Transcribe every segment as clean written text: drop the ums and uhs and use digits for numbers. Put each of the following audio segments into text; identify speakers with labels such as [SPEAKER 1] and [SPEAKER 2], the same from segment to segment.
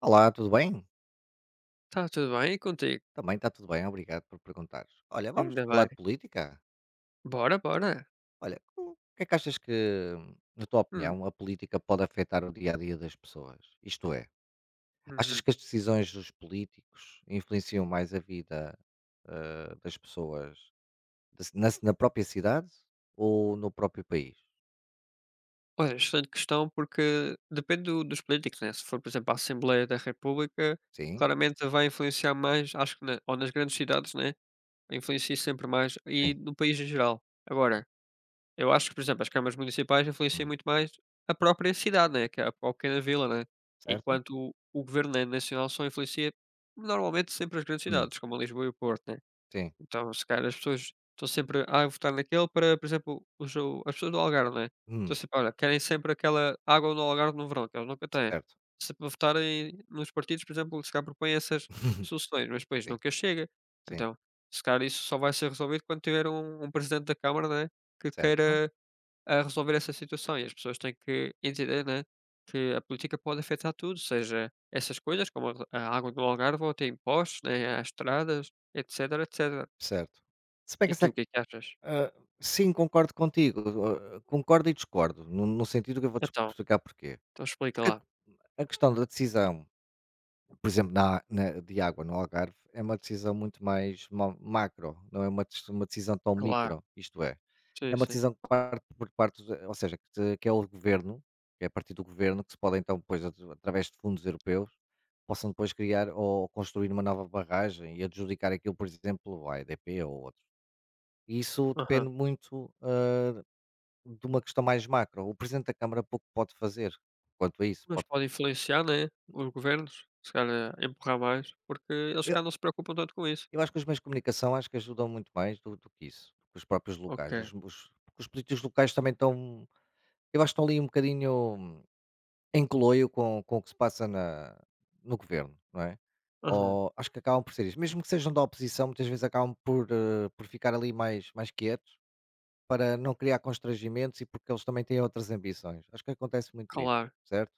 [SPEAKER 1] Olá, tudo bem?
[SPEAKER 2] Tá tudo bem, e contigo?
[SPEAKER 1] Também está tudo bem, obrigado por perguntares. Olha, vamos
[SPEAKER 2] Ainda
[SPEAKER 1] falar
[SPEAKER 2] bem.
[SPEAKER 1] de política?
[SPEAKER 2] Bora, bora.
[SPEAKER 1] Olha, o que é que achas que, na tua
[SPEAKER 2] Hum,
[SPEAKER 1] opinião, a política pode afetar o dia a dia das pessoas? Isto é, achas
[SPEAKER 2] uhum.
[SPEAKER 1] que as decisões dos políticos influenciam mais a vida das pessoas da ci- na própria cidade ou no próprio país?
[SPEAKER 2] Olha, excelente questão, porque depende dos políticos, né? Se for, por exemplo, a Assembleia da República,
[SPEAKER 1] Sim,
[SPEAKER 2] claramente vai influenciar mais, acho que ou nas grandes cidades, né? Influencia sempre mais, e
[SPEAKER 1] sim.
[SPEAKER 2] no país em geral. Agora, eu acho que, por exemplo, as câmaras municipais influenciam
[SPEAKER 1] Hum.
[SPEAKER 2] muito mais a própria cidade, né? Que é a pequena vila, né?
[SPEAKER 1] Certo?
[SPEAKER 2] Enquanto o governo, né, nacional, só influencia normalmente sempre as grandes
[SPEAKER 1] Hum.
[SPEAKER 2] cidades, como Lisboa e o Porto, né?
[SPEAKER 1] Sim.
[SPEAKER 2] Então, se calhar as pessoas estão sempre: "Ah, eu vou votar naquele", para, por exemplo, o jogo as pessoas do Algarve, né, estão
[SPEAKER 1] Hum.
[SPEAKER 2] sempre olha, querem sempre aquela água no Algarve no verão, que eles nunca têm.
[SPEAKER 1] Certo.
[SPEAKER 2] Se a votarem nos partidos, por exemplo, que se calhar propõem essas soluções, mas depois
[SPEAKER 1] Sim,
[SPEAKER 2] nunca chega.
[SPEAKER 1] sim.
[SPEAKER 2] Então, se calhar isso só vai ser resolvido quando tiver um presidente da Câmara, né, que
[SPEAKER 1] Certo,
[SPEAKER 2] queira, resolver essa situação, e as pessoas têm que entender, né, que a política pode afetar tudo, seja essas coisas como a água do Algarve ou até impostos, né, as estradas, etcétera.
[SPEAKER 1] certo. Se bem que
[SPEAKER 2] E tu, o
[SPEAKER 1] essa.
[SPEAKER 2] que é que achas?
[SPEAKER 1] Ah, sim, concordo contigo. Concordo e discordo, no sentido que eu vou-te
[SPEAKER 2] Então,
[SPEAKER 1] explicar porquê.
[SPEAKER 2] então explica
[SPEAKER 1] Porque
[SPEAKER 2] lá.
[SPEAKER 1] a questão da decisão, por exemplo, de água no Algarve, é uma decisão muito mais macro, não é uma decisão tão
[SPEAKER 2] Claro,
[SPEAKER 1] micro, isto é. É
[SPEAKER 2] sim,
[SPEAKER 1] uma
[SPEAKER 2] sim.
[SPEAKER 1] decisão que parte por parte, ou seja, que é o governo, que é a partir do governo, que se pode então, depois, através de fundos europeus, possam depois criar ou construir uma nova barragem e adjudicar aquilo, por exemplo, à EDP ou outro. E isso
[SPEAKER 2] Aham.
[SPEAKER 1] depende muito de uma questão mais macro, o Presidente da Câmara pouco pode fazer quanto a isso.
[SPEAKER 2] Mas
[SPEAKER 1] Pode.
[SPEAKER 2] pode influenciar, né, os governos, se calhar empurrar mais, porque eles
[SPEAKER 1] eu
[SPEAKER 2] se não se preocupam tanto com isso.
[SPEAKER 1] eu acho que os meios de comunicação acho que ajudam muito mais do que isso, do que os próprios locais.
[SPEAKER 2] Ok.
[SPEAKER 1] Os Porque os políticos locais também estão eu acho que estão ali um bocadinho em coloio com o que se passa na no governo, não é?
[SPEAKER 2] Aham.
[SPEAKER 1] Ou acho que acabam por ser isso. Mesmo que sejam da oposição, muitas vezes acabam por ficar ali mais quietos, para não criar constrangimentos e porque eles também têm outras ambições. Acho que acontece muito isso,
[SPEAKER 2] Claro.
[SPEAKER 1] certo?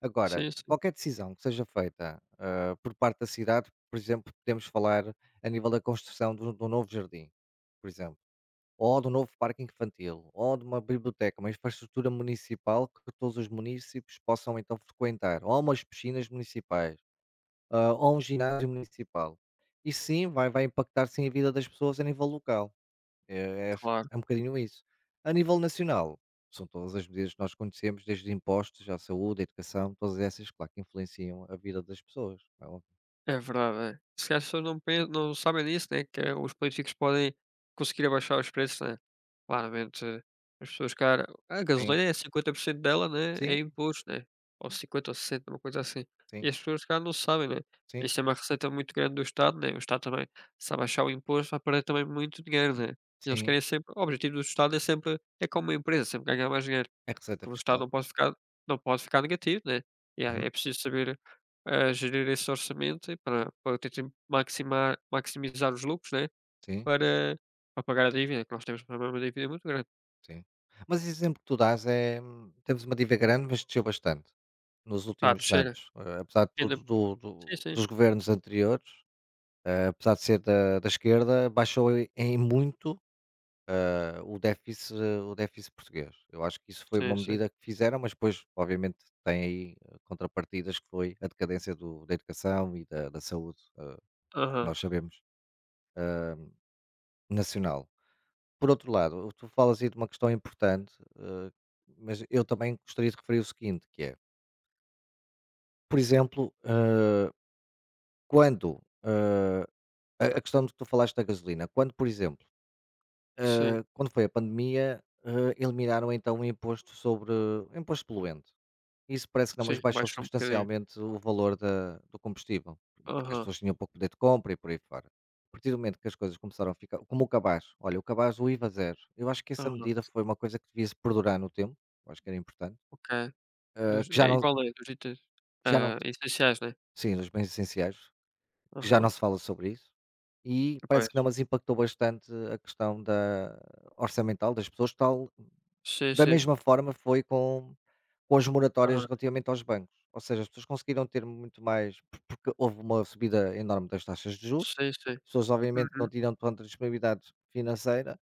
[SPEAKER 1] Agora,
[SPEAKER 2] Sim, sim.
[SPEAKER 1] qualquer decisão que seja feita, por parte da cidade, por exemplo, podemos falar a nível da construção do novo jardim, por exemplo, ou do novo parque infantil, ou de uma biblioteca, uma infraestrutura municipal que todos os munícipes possam então frequentar, ou umas piscinas municipais, ou um ginásio municipal. E sim, vai impactar sim a vida das pessoas a nível local. É é
[SPEAKER 2] Claro.
[SPEAKER 1] é um bocadinho isso. A nível nacional, são todas as medidas que nós conhecemos, desde impostos à saúde, à educação, todas essas, claro que influenciam a vida das pessoas, é óbvio.
[SPEAKER 2] É verdade, é. Se calhar as pessoas não sabem disso, né, que é os políticos podem conseguir abaixar os preços, né. Claramente, as pessoas cara a
[SPEAKER 1] Sim,
[SPEAKER 2] gasolina é 50% dela, né, é
[SPEAKER 1] sim,
[SPEAKER 2] imposto, né, ou 50 ou 60, uma coisa assim.
[SPEAKER 1] sim,
[SPEAKER 2] E as pessoas se não sabem, né.
[SPEAKER 1] sim,
[SPEAKER 2] Isto é uma receita muito grande do Estado, né, o Estado também, se abaixar o imposto vai perder também muito dinheiro, né. E eles
[SPEAKER 1] sim.
[SPEAKER 2] querem sempre, o objetivo do Estado é sempre é como uma empresa, sempre ganhar mais dinheiro
[SPEAKER 1] A receita
[SPEAKER 2] que o resultado
[SPEAKER 1] fiscal.
[SPEAKER 2] não pode ficar não pode ficar negativo, né. E é
[SPEAKER 1] Uhum.
[SPEAKER 2] preciso saber, gerir esse orçamento, e para tentar maximar maximizar os lucros, né,
[SPEAKER 1] Sim,
[SPEAKER 2] para para pagar a dívida, que nós temos também uma dívida muito grande.
[SPEAKER 1] sim. Mas esse exemplo que tu dás temos uma dívida grande, mas desceu bastante nos
[SPEAKER 2] Tá,
[SPEAKER 1] últimos
[SPEAKER 2] terceira,
[SPEAKER 1] anos, apesar de
[SPEAKER 2] ainda,
[SPEAKER 1] tudo do
[SPEAKER 2] sim,
[SPEAKER 1] do
[SPEAKER 2] sim,
[SPEAKER 1] dos governos anteriores, apesar de ser da esquerda, baixou em muito o déficit português. Eu acho que isso foi uma
[SPEAKER 2] sim, sim.
[SPEAKER 1] medida que fizeram, mas depois, obviamente, tem aí contrapartidas que foi a decadência da educação e da saúde, que
[SPEAKER 2] Aham,
[SPEAKER 1] nós sabemos, ehm, nacional. Por outro lado, tu falas aí de uma questão importante, mas eu também gostaria de referir o seguinte, que é, por exemplo, quando a questão de que tu falaste da gasolina, quando, por exemplo,
[SPEAKER 2] sim,
[SPEAKER 1] quando foi a pandemia, eliminaram então o imposto sobre o imposto poluente. Isso parece que não,
[SPEAKER 2] sim,
[SPEAKER 1] mas baixou
[SPEAKER 2] abaixou um bocadinho.
[SPEAKER 1] substancialmente o valor da do combustível, porque as
[SPEAKER 2] Aham,
[SPEAKER 1] pessoas tinham pouco poder de compra e por aí fora. A partir do momento que as coisas começaram a ficar como o cabaz, olha, o cabaz, o IVA zero, eu acho que essa
[SPEAKER 2] aham,
[SPEAKER 1] medida foi uma coisa que devia se perdurar no tempo, eu acho que era importante,
[SPEAKER 2] ok.
[SPEAKER 1] hã,
[SPEAKER 2] Dos
[SPEAKER 1] que
[SPEAKER 2] é
[SPEAKER 1] já não
[SPEAKER 2] igual, é, dos itens,
[SPEAKER 1] que já não
[SPEAKER 2] essenciais, né.
[SPEAKER 1] Sim, nos bens essenciais, que já
[SPEAKER 2] Aham,
[SPEAKER 1] não se fala sobre isso, e parece que
[SPEAKER 2] pois.
[SPEAKER 1] não, mas impactou bastante a questão da orçamental das pessoas, tal.
[SPEAKER 2] Sim,
[SPEAKER 1] Da
[SPEAKER 2] sim.
[SPEAKER 1] mesma forma foi com as moratórias
[SPEAKER 2] Aham,
[SPEAKER 1] relativamente aos bancos, ou seja, as pessoas conseguiram ter muito mais porque houve uma subida enorme das taxas de juros,
[SPEAKER 2] sim, sim.
[SPEAKER 1] as pessoas obviamente não
[SPEAKER 2] Uhum.
[SPEAKER 1] tinham tanta disponibilidade financeira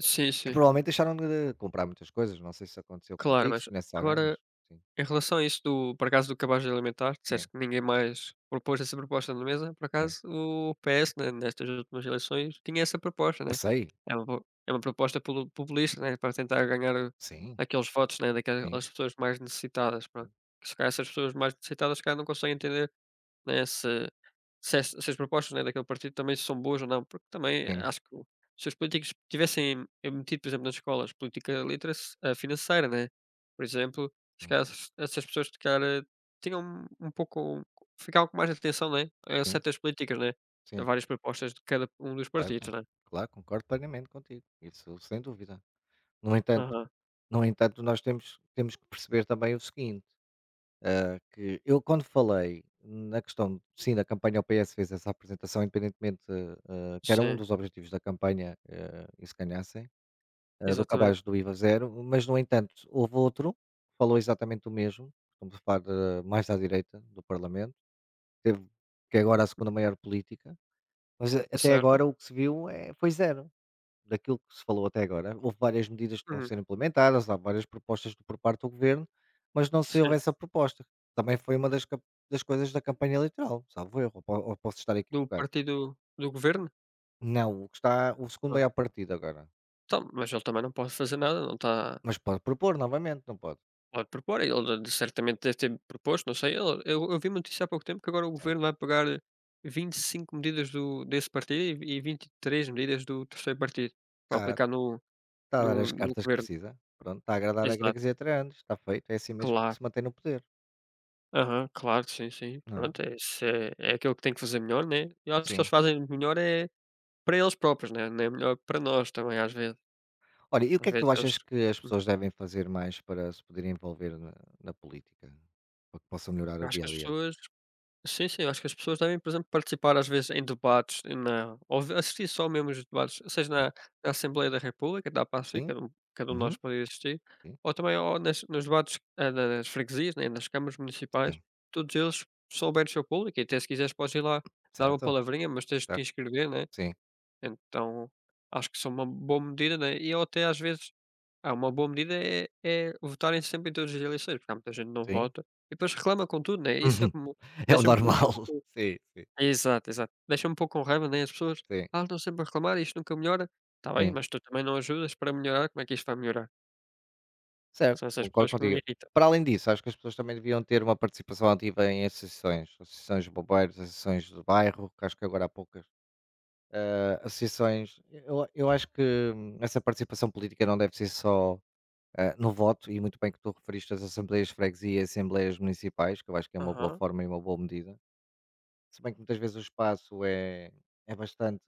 [SPEAKER 2] Sim,
[SPEAKER 1] e
[SPEAKER 2] sim.
[SPEAKER 1] provavelmente deixaram de comprar muitas coisas, não sei se aconteceu
[SPEAKER 2] Claro,
[SPEAKER 1] contigo,
[SPEAKER 2] mas
[SPEAKER 1] se conheces alguém, mas
[SPEAKER 2] agora
[SPEAKER 1] sim,
[SPEAKER 2] em relação a isso do, por acaso, do cabaz alimentar,
[SPEAKER 1] sim,
[SPEAKER 2] disseste que ninguém mais propôs essa proposta na mesa. Por
[SPEAKER 1] sim.
[SPEAKER 2] acaso o PS, né, nestas últimas eleições tinha essa proposta,
[SPEAKER 1] Eu
[SPEAKER 2] né.
[SPEAKER 1] sei,
[SPEAKER 2] É uma po É uma proposta polu populista, né, para tentar ganhar
[SPEAKER 1] sim,
[SPEAKER 2] aqueles votos, né,
[SPEAKER 1] sim,
[SPEAKER 2] daquelas pessoas mais necessitadas, pronto.
[SPEAKER 1] sim,
[SPEAKER 2] Que se calhar essas pessoas mais necessitadas, se calhar não conseguem entender, né, se as propostas, né, daquele partido também são boas ou não, porque também
[SPEAKER 1] sim,
[SPEAKER 2] acho que o se os políticos tivessem, metido, por exemplo, nas escolas política literacy, financeira, né, por exemplo, se
[SPEAKER 1] sim,
[SPEAKER 2] calhar essas pessoas se calhar, tinham um pouco ficavam com mais atenção, né, a
[SPEAKER 1] sim,
[SPEAKER 2] certas políticas, né, a
[SPEAKER 1] sim.
[SPEAKER 2] várias propostas de cada um dos partidos,
[SPEAKER 1] Certo.
[SPEAKER 2] né.
[SPEAKER 1] Claro, concordo plenamente contigo, isso sem dúvida. No entanto
[SPEAKER 2] Aham.
[SPEAKER 1] no entanto, nós temos que perceber também o seguinte. Que eu quando falei na questão, sim, da campanha, o PS fez essa apresentação independentemente, que era um
[SPEAKER 2] Sim,
[SPEAKER 1] dos objetivos da campanha, e se ganhassem, do
[SPEAKER 2] exatamente.
[SPEAKER 1] cabaz do IVA zero, mas no entanto houve outro, que falou exatamente o mesmo, estamos a falar de mais à direita do Parlamento, teve que é agora a segunda maior política, mas até
[SPEAKER 2] Certo.
[SPEAKER 1] agora o que se viu foi zero daquilo que se falou até agora. Houve várias medidas que vão
[SPEAKER 2] Uhum,
[SPEAKER 1] ser implementadas, há várias propostas por parte do governo, mas não se
[SPEAKER 2] sim.
[SPEAKER 1] houve essa proposta. Também foi uma das coisas da campanha eleitoral, salvo erro, ou posso estar
[SPEAKER 2] Do
[SPEAKER 1] equivocado.
[SPEAKER 2] partido do governo?
[SPEAKER 1] Não, o que está o segundo
[SPEAKER 2] Ah,
[SPEAKER 1] maior partido agora.
[SPEAKER 2] então, mas ele também não pode fazer nada, não está.
[SPEAKER 1] Mas pode propor novamente, não pode?
[SPEAKER 2] Pode propor, ele, de certamente deve ter proposto, não sei, ele, eu vi uma notícia há pouco tempo que agora o
[SPEAKER 1] Sim.
[SPEAKER 2] governo vai pegar, 25 medidas do desse partido, e 23 medidas do terceiro partido, para
[SPEAKER 1] Está,
[SPEAKER 2] aplicar
[SPEAKER 1] está a dar as
[SPEAKER 2] no
[SPEAKER 1] cartas que
[SPEAKER 2] governo.
[SPEAKER 1] precisa. Pronto, está a agradar a gregos
[SPEAKER 2] Exato,
[SPEAKER 1] e a atiranos, está feito, é assim mesmo que
[SPEAKER 2] claro.
[SPEAKER 1] se mantém no poder,
[SPEAKER 2] Aham, claro, sim, sim.
[SPEAKER 1] não é?
[SPEAKER 2] Pronto, é isso, é aquilo que tem que fazer melhor, né, eu acho que eles
[SPEAKER 1] Sim.
[SPEAKER 2] fazem melhor é para eles próprios, né, não é melhor para nós também, às vezes.
[SPEAKER 1] Olha, e o que
[SPEAKER 2] Às
[SPEAKER 1] é que tu
[SPEAKER 2] vezes eles,
[SPEAKER 1] achas que as
[SPEAKER 2] uhum,
[SPEAKER 1] pessoas devem fazer mais para se poderem envolver na política? Para que possam melhorar o
[SPEAKER 2] eu acho
[SPEAKER 1] dia
[SPEAKER 2] que
[SPEAKER 1] a
[SPEAKER 2] as
[SPEAKER 1] dia?
[SPEAKER 2] pessoas, sim, sim, acho que as pessoas devem, por exemplo, participar às vezes em debates, na ou v assistir só mesmo os debates, seja na Assembleia da República, da, para assistir,
[SPEAKER 1] Sim,
[SPEAKER 2] cada um de nós
[SPEAKER 1] uhum,
[SPEAKER 2] pode assistir,
[SPEAKER 1] sim,
[SPEAKER 2] ou também, ou nas nos debates, nas freguesias, né, nas câmaras municipais,
[SPEAKER 1] sim,
[SPEAKER 2] todos eles são abertos ao público, e até se quiseres podes ir lá dar uma
[SPEAKER 1] certo,
[SPEAKER 2] palavrinha, mas tens de te
[SPEAKER 1] certo,
[SPEAKER 2] inscrever, né?
[SPEAKER 1] sim,
[SPEAKER 2] Então, acho que são uma boa medida, né, e eu até às vezes, uma boa medida é votarem sempre em todas as eleições, porque há muita gente que não
[SPEAKER 1] sim.
[SPEAKER 2] vota, e depois reclama com tudo, né. Isso é
[SPEAKER 1] Uhum.
[SPEAKER 2] como,
[SPEAKER 1] É o
[SPEAKER 2] deixa-me um pouco,
[SPEAKER 1] normal.
[SPEAKER 2] pouco-
[SPEAKER 1] Sim, sim,
[SPEAKER 2] exato, exato. Deixa-me um pouco com raiva, né, as pessoas:
[SPEAKER 1] sim,
[SPEAKER 2] "Ah, estão sempre a reclamar, isto nunca melhora". Está bem,
[SPEAKER 1] sim.
[SPEAKER 2] mas tu também não ajudas para melhorar, como é que isto vai melhorar?
[SPEAKER 1] Certo,
[SPEAKER 2] São essas
[SPEAKER 1] concordo
[SPEAKER 2] pessoas que me
[SPEAKER 1] contigo.
[SPEAKER 2] irritam.
[SPEAKER 1] Para além disso, acho que as pessoas também deviam ter uma participação ativa em associações, associações de bombeiros, associações de bairro, que acho que agora há poucas, associações. Eu acho que essa participação política não deve ser só no voto, e muito bem que tu referiste às assembleias de freguesia e assembleias municipais, que eu acho que é uma boa
[SPEAKER 2] Aham,
[SPEAKER 1] forma e uma boa medida. Se bem que muitas vezes o espaço é bastante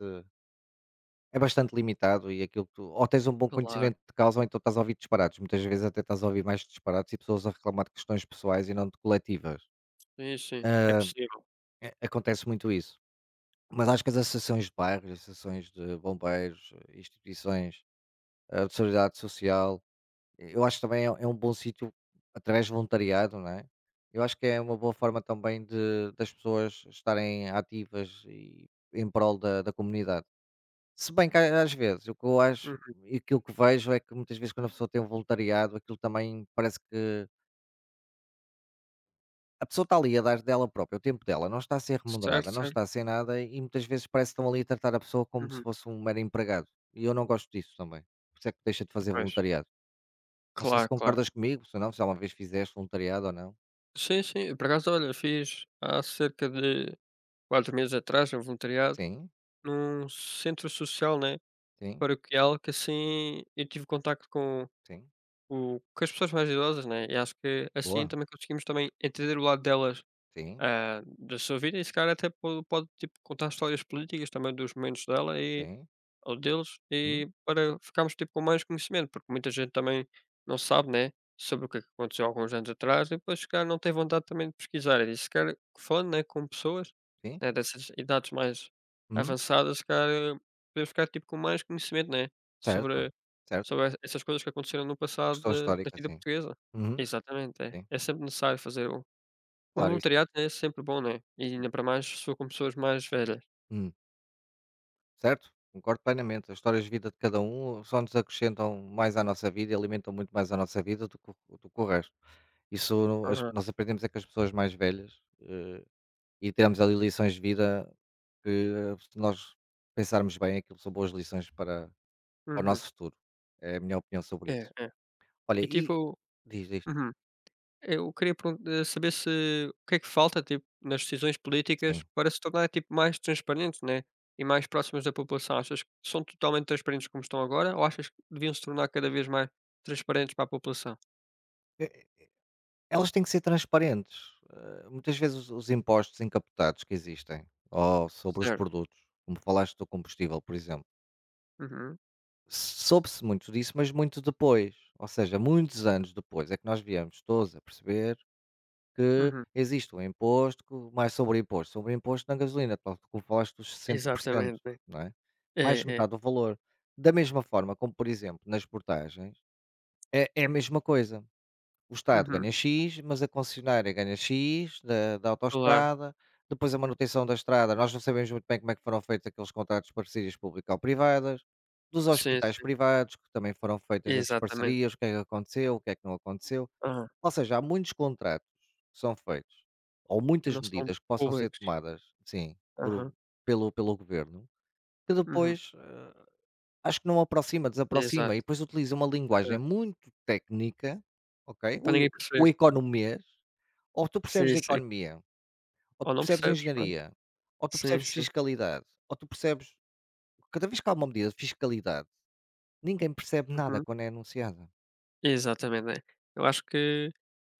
[SPEAKER 1] é bastante limitado e aquilo que tu ou tens um bom, uhum,
[SPEAKER 2] claro.
[SPEAKER 1] conhecimento de causa ou então estás a ouvir disparados muitas vezes até estás a ouvir mais disparados e pessoas a reclamar de questões pessoais e não de coletivas.
[SPEAKER 2] Sim, sim, é possível.
[SPEAKER 1] Acontece muito isso. Mas acho que as associações de bairros, associações de bombeiros, instituições, de solidariedade social, eu acho que também é um bom sítio através de voluntariado, não é? Eu acho que é uma boa forma também de das pessoas estarem ativas e em prol da comunidade. Se bem que a às vezes, o que eu acho
[SPEAKER 2] Uhum.
[SPEAKER 1] e aquilo que vejo é que muitas vezes quando a pessoa tem um voluntariado, aquilo também parece que a pessoa está ali a dar dela própria, o tempo dela, não está a ser
[SPEAKER 2] Certo,
[SPEAKER 1] remunerada, não
[SPEAKER 2] certo.
[SPEAKER 1] está a ser nada e muitas vezes parece que estão ali a tratar a pessoa como se
[SPEAKER 2] Uhum.
[SPEAKER 1] fosse um mero empregado. E eu não gosto disso também. Por isso é que deixa de fazer
[SPEAKER 2] Pois.
[SPEAKER 1] voluntariado. Não sei se
[SPEAKER 2] Claro, claro.
[SPEAKER 1] concordas comigo, se não, se alguma vez fizeste voluntariado ou não.
[SPEAKER 2] Sim, sim, por acaso, olha, fiz há cerca de 4 meses atrás, a voluntariado,
[SPEAKER 1] Sim,
[SPEAKER 2] num centro social, né,
[SPEAKER 1] sim,
[SPEAKER 2] paroquial, que assim eu tive contacto com
[SPEAKER 1] sim.
[SPEAKER 2] o com as pessoas mais idosas, né, e acho que assim
[SPEAKER 1] Boa.
[SPEAKER 2] também conseguimos também entender o lado delas,
[SPEAKER 1] Sim,
[SPEAKER 2] da sua vida, e se calhar até po pode, tipo, contar histórias políticas também dos momentos dela e
[SPEAKER 1] sim.
[SPEAKER 2] ou deles,
[SPEAKER 1] Hum,
[SPEAKER 2] e para ficarmos tipo com mais conhecimento, porque muita gente também não sabe, né, sobre o que é que aconteceu alguns anos atrás, e depois se calhar não tem vontade também de pesquisar. E se calhar falando, né, com pessoas,
[SPEAKER 1] sim.
[SPEAKER 2] né, dessas idades mais
[SPEAKER 1] Hum,
[SPEAKER 2] avançadas, se calhar, podemos ficar tipo com mais conhecimento, né,
[SPEAKER 1] certo,
[SPEAKER 2] sobre,
[SPEAKER 1] certo.
[SPEAKER 2] sobre essas coisas que aconteceram no passado
[SPEAKER 1] Questão
[SPEAKER 2] da
[SPEAKER 1] histórica,
[SPEAKER 2] vida
[SPEAKER 1] sim.
[SPEAKER 2] portuguesa.
[SPEAKER 1] Uhum,
[SPEAKER 2] Exatamente, é.
[SPEAKER 1] sim.
[SPEAKER 2] É sempre necessário fazer um, um
[SPEAKER 1] Claro, isso.
[SPEAKER 2] voluntariado, né, é sempre bom, né? E
[SPEAKER 1] Hum.
[SPEAKER 2] ainda para mais, se for com pessoas mais velhas.
[SPEAKER 1] Hum. Certo? Concordo plenamente. As histórias de vida de cada um só nos acrescentam mais à nossa vida e alimentam muito mais a nossa vida do que o resto. Isso não- as-
[SPEAKER 2] Aham.
[SPEAKER 1] nós aprendemos é com as pessoas mais velhas e temos ali lições de vida que, se nós pensarmos bem, aquilo são boas lições para o
[SPEAKER 2] Uhum.
[SPEAKER 1] nosso futuro. É a minha opinião sobre
[SPEAKER 2] É,
[SPEAKER 1] isso.
[SPEAKER 2] é.
[SPEAKER 1] Olha,
[SPEAKER 2] E
[SPEAKER 1] e
[SPEAKER 2] tipo,
[SPEAKER 1] diz isto,
[SPEAKER 2] uhum, eu queria saber se o que é que falta, tipo, nas decisões políticas,
[SPEAKER 1] sim.
[SPEAKER 2] para se tornar tipo mais transparentes, né, e mais próximas da população? Achas que são totalmente transparentes como estão agora, ou achas que deviam se tornar cada vez mais transparentes para a população?
[SPEAKER 1] Eh, Elas têm que ser transparentes. Muitas vezes os impostos encapotados que existem, ou sobre os
[SPEAKER 2] Certo.
[SPEAKER 1] produtos, como falaste do combustível, por exemplo
[SPEAKER 2] Uhum,
[SPEAKER 1] soube-se muito disso, mas muito depois, ou seja, muitos anos depois é que nós viemos todos a perceber que
[SPEAKER 2] uhum.
[SPEAKER 1] existe um imposto, mais sobre imposto na gasolina, tal como falaste dos 60%,
[SPEAKER 2] Exatamente, né.
[SPEAKER 1] não é? Mais de
[SPEAKER 2] É, é.
[SPEAKER 1] metade do valor. Da mesma forma como, por exemplo, nas portagens, é a mesma coisa. O Estado
[SPEAKER 2] Uhum.
[SPEAKER 1] ganha X, mas a concessionária ganha X da
[SPEAKER 2] Claro.
[SPEAKER 1] autoestrada, depois a manutenção da estrada, nós não sabemos muito bem como é que foram feitos aqueles contratos de parcerias público-privadas, dos
[SPEAKER 2] Sim,
[SPEAKER 1] hospitais
[SPEAKER 2] sim.
[SPEAKER 1] privados, que também foram feitas essas
[SPEAKER 2] Exatamente.
[SPEAKER 1] parcerias, o que é que aconteceu, o que é que não aconteceu.
[SPEAKER 2] Aham.
[SPEAKER 1] Ou seja, há muitos contratos que são feitos, ou
[SPEAKER 2] E
[SPEAKER 1] muitas
[SPEAKER 2] não são
[SPEAKER 1] medidas que possam ser
[SPEAKER 2] públicos.
[SPEAKER 1] tomadas, sim, por
[SPEAKER 2] Aham.
[SPEAKER 1] pelo pelo governo, que
[SPEAKER 2] Uhum.
[SPEAKER 1] depois, Acho que não aproxima, desaproxima
[SPEAKER 2] Exato.
[SPEAKER 1] e depois utiliza uma linguagem
[SPEAKER 2] Aham.
[SPEAKER 1] muito técnica, ok?
[SPEAKER 2] Para
[SPEAKER 1] O
[SPEAKER 2] ninguém
[SPEAKER 1] o
[SPEAKER 2] perceber.
[SPEAKER 1] economês, ou tu percebes
[SPEAKER 2] Sim,
[SPEAKER 1] de
[SPEAKER 2] sim.
[SPEAKER 1] economia, ou
[SPEAKER 2] Ou
[SPEAKER 1] tu
[SPEAKER 2] não
[SPEAKER 1] percebes de
[SPEAKER 2] percebes, pronto.
[SPEAKER 1] engenharia, ou tu
[SPEAKER 2] Sim,
[SPEAKER 1] percebes de
[SPEAKER 2] sim.
[SPEAKER 1] fiscalidade, ou tu percebes cada vez que há uma medida de fiscalidade, ninguém percebe nada
[SPEAKER 2] Uhum.
[SPEAKER 1] quando é anunciada.
[SPEAKER 2] Exatamente, né. Eu acho que,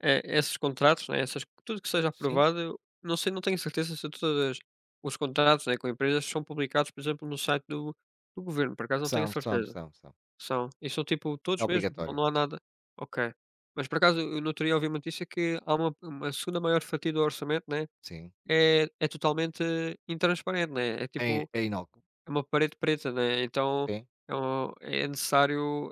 [SPEAKER 2] esses contratos, né, essas, tudo que seja
[SPEAKER 1] Sim?
[SPEAKER 2] aprovado, não sei, não tenho certeza se todos os contratos, né, com empresas são publicados, por exemplo, no site do governo, por acaso não tenho
[SPEAKER 1] São, são,
[SPEAKER 2] certeza.
[SPEAKER 1] são, são.
[SPEAKER 2] São e são tipo
[SPEAKER 1] É
[SPEAKER 2] todos mesmo, ou
[SPEAKER 1] obrigatório.
[SPEAKER 2] não há nada? Ok. Mas por acaso eu no outro dia ouvi uma notícia que há uma segunda maior fatia do orçamento, né,
[SPEAKER 1] Sim.
[SPEAKER 2] é totalmente intransparente, né, é
[SPEAKER 1] É,
[SPEAKER 2] tipo
[SPEAKER 1] é inócuo.
[SPEAKER 2] é uma parede preta, né. Então,
[SPEAKER 1] Sim.
[SPEAKER 2] é um, é necessário,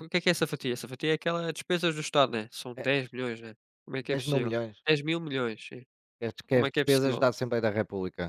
[SPEAKER 2] o que é essa fatia? Essa fatia é aquela despesas do Estado, né, são
[SPEAKER 1] É
[SPEAKER 2] 10 milhões, né. Como é que é
[SPEAKER 1] 10.000
[SPEAKER 2] possível?
[SPEAKER 1] milhões.
[SPEAKER 2] 10.000.000.000, sim,
[SPEAKER 1] Que as que
[SPEAKER 2] como
[SPEAKER 1] as
[SPEAKER 2] é que é
[SPEAKER 1] despesas
[SPEAKER 2] possível,
[SPEAKER 1] da
[SPEAKER 2] né?
[SPEAKER 1] Assembleia da República.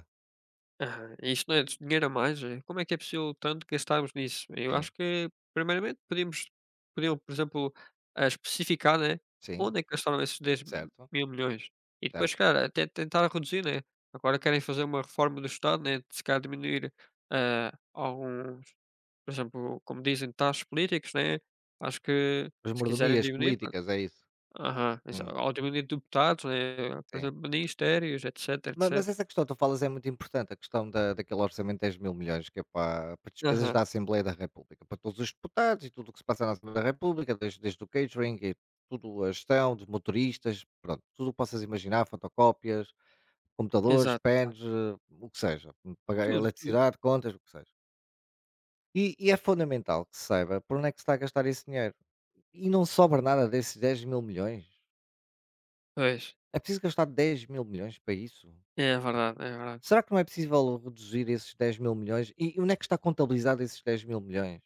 [SPEAKER 2] Aham, isto não é dinheiro a mais, é? Como é que é possível tanto gastarmos nisso? Eu
[SPEAKER 1] Sim.
[SPEAKER 2] acho que primeiramente podíamos podiam, por exemplo, especificar, né,
[SPEAKER 1] Sim.
[SPEAKER 2] onde é que gastaram esses dez
[SPEAKER 1] Certo.
[SPEAKER 2] mil milhões e depois,
[SPEAKER 1] Certo.
[SPEAKER 2] cara, até tentar reduzir, né, agora querem fazer uma reforma do Estado, né. De se calhar diminuir, alguns, por exemplo, como dizem, taxas políticos, né, acho que
[SPEAKER 1] As
[SPEAKER 2] se quiserem
[SPEAKER 1] mordomias
[SPEAKER 2] diminuir, pronto,
[SPEAKER 1] políticas, é isso.
[SPEAKER 2] aham, exa
[SPEAKER 1] Hum.
[SPEAKER 2] ou diminuir deputados, né, por
[SPEAKER 1] Sim.
[SPEAKER 2] exemplo, ministérios,
[SPEAKER 1] Ma
[SPEAKER 2] etcétera.
[SPEAKER 1] mas essa questão que tu falas é muito importante, a questão da daquele orçamento de 10 mil milhões que é para despesas
[SPEAKER 2] Aham,
[SPEAKER 1] da Assembleia da República, para todos os deputados e tudo o que se passa na Assembleia da República, desde o catering e tudo, a gestão dos motoristas, pronto, tudo o que possas imaginar, fotocópias, computadores,
[SPEAKER 2] exato.
[SPEAKER 1] pens, o que seja, pagar
[SPEAKER 2] Tudo, tudo.
[SPEAKER 1] eletricidade, contas, o que seja. E é fundamental que se saiba por onde é que se está a gastar esse dinheiro. E não sobra nada desses 10 mil milhões.
[SPEAKER 2] Pois,
[SPEAKER 1] É preciso gastar 10 mil milhões para isso?
[SPEAKER 2] é verdade, é verdade.
[SPEAKER 1] Será que não é possível reduzir esses 10 mil milhões? E onde é que está contabilizado esses 10 mil milhões?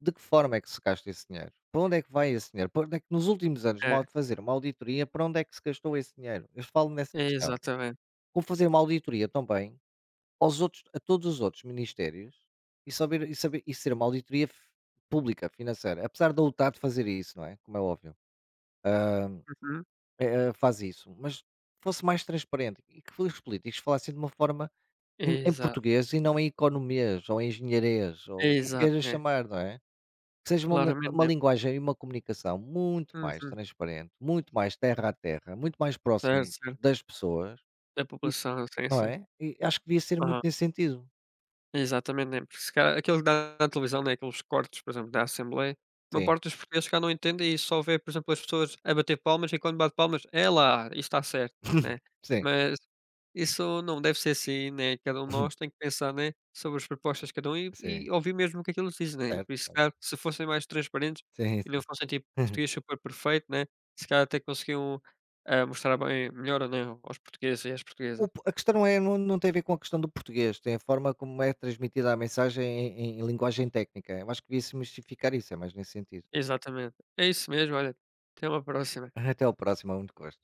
[SPEAKER 1] De que forma é que se gasta esse dinheiro? Para onde é que vai esse dinheiro? Para onde é que nos últimos anos,
[SPEAKER 2] É,
[SPEAKER 1] mal fazer uma auditoria, para onde é que se gastou esse dinheiro? Eu falo nessa
[SPEAKER 2] é
[SPEAKER 1] questão.
[SPEAKER 2] exatamente.
[SPEAKER 1] Como fazer uma auditoria também aos outros, a todos os outros ministérios e saber, e ser uma auditoria pública, financeira. Apesar da UTAD fazer isso, não é? Como é óbvio,
[SPEAKER 2] Uhum.
[SPEAKER 1] é, faz isso. Mas fosse mais transparente e que os políticos falassem de uma forma. Em
[SPEAKER 2] Exato,
[SPEAKER 1] português e não em economês ou em engenharês ou o que
[SPEAKER 2] exato,
[SPEAKER 1] queiras
[SPEAKER 2] né.
[SPEAKER 1] chamar, não é? Que seja uma
[SPEAKER 2] Claramente,
[SPEAKER 1] uma
[SPEAKER 2] né.
[SPEAKER 1] linguagem e uma comunicação muito mais
[SPEAKER 2] Uhum.
[SPEAKER 1] transparente, muito mais terra a terra, muito mais
[SPEAKER 2] Certo,
[SPEAKER 1] próximo
[SPEAKER 2] certo.
[SPEAKER 1] das pessoas
[SPEAKER 2] Da
[SPEAKER 1] e
[SPEAKER 2] população, sim,
[SPEAKER 1] não
[SPEAKER 2] sim.
[SPEAKER 1] é? E acho que devia ser muito
[SPEAKER 2] Aham.
[SPEAKER 1] nesse sentido.
[SPEAKER 2] Exatamente, né, porque se calhar aquilo que dá na televisão, né, aqueles cortes, por exemplo, da Assembleia, uma
[SPEAKER 1] Sim.
[SPEAKER 2] parte dos portugueses se não entende, e só vê, por exemplo, as pessoas a bater palmas, e quando bate palmas: "É lá, isto está certo", né.
[SPEAKER 1] Sim.
[SPEAKER 2] Mas isso não deve ser assim, né, cada um de nós tem que pensar, né, sobre as propostas de cada um, e
[SPEAKER 1] Sim.
[SPEAKER 2] ouvir mesmo o que é que dizem, né.
[SPEAKER 1] Certo,
[SPEAKER 2] Por isso, se
[SPEAKER 1] certo.
[SPEAKER 2] calhar, se fossem mais transparentes,
[SPEAKER 1] Sim,
[SPEAKER 2] e não
[SPEAKER 1] sim.
[SPEAKER 2] fossem tipo português super perfeito, né, se calhar até conseguiam, mostrar bem melhor, né, aos portugueses e às
[SPEAKER 1] O
[SPEAKER 2] portuguesas.
[SPEAKER 1] po a questão é não tem a ver com a questão do português, tem a forma como é transmitida a mensagem em linguagem técnica. Eu acho que devia-se mistificar isso, é mais nesse sentido.
[SPEAKER 2] Exatamente. É isso mesmo, olha, até uma próxima.
[SPEAKER 1] Até ao próximo, é muito gosto.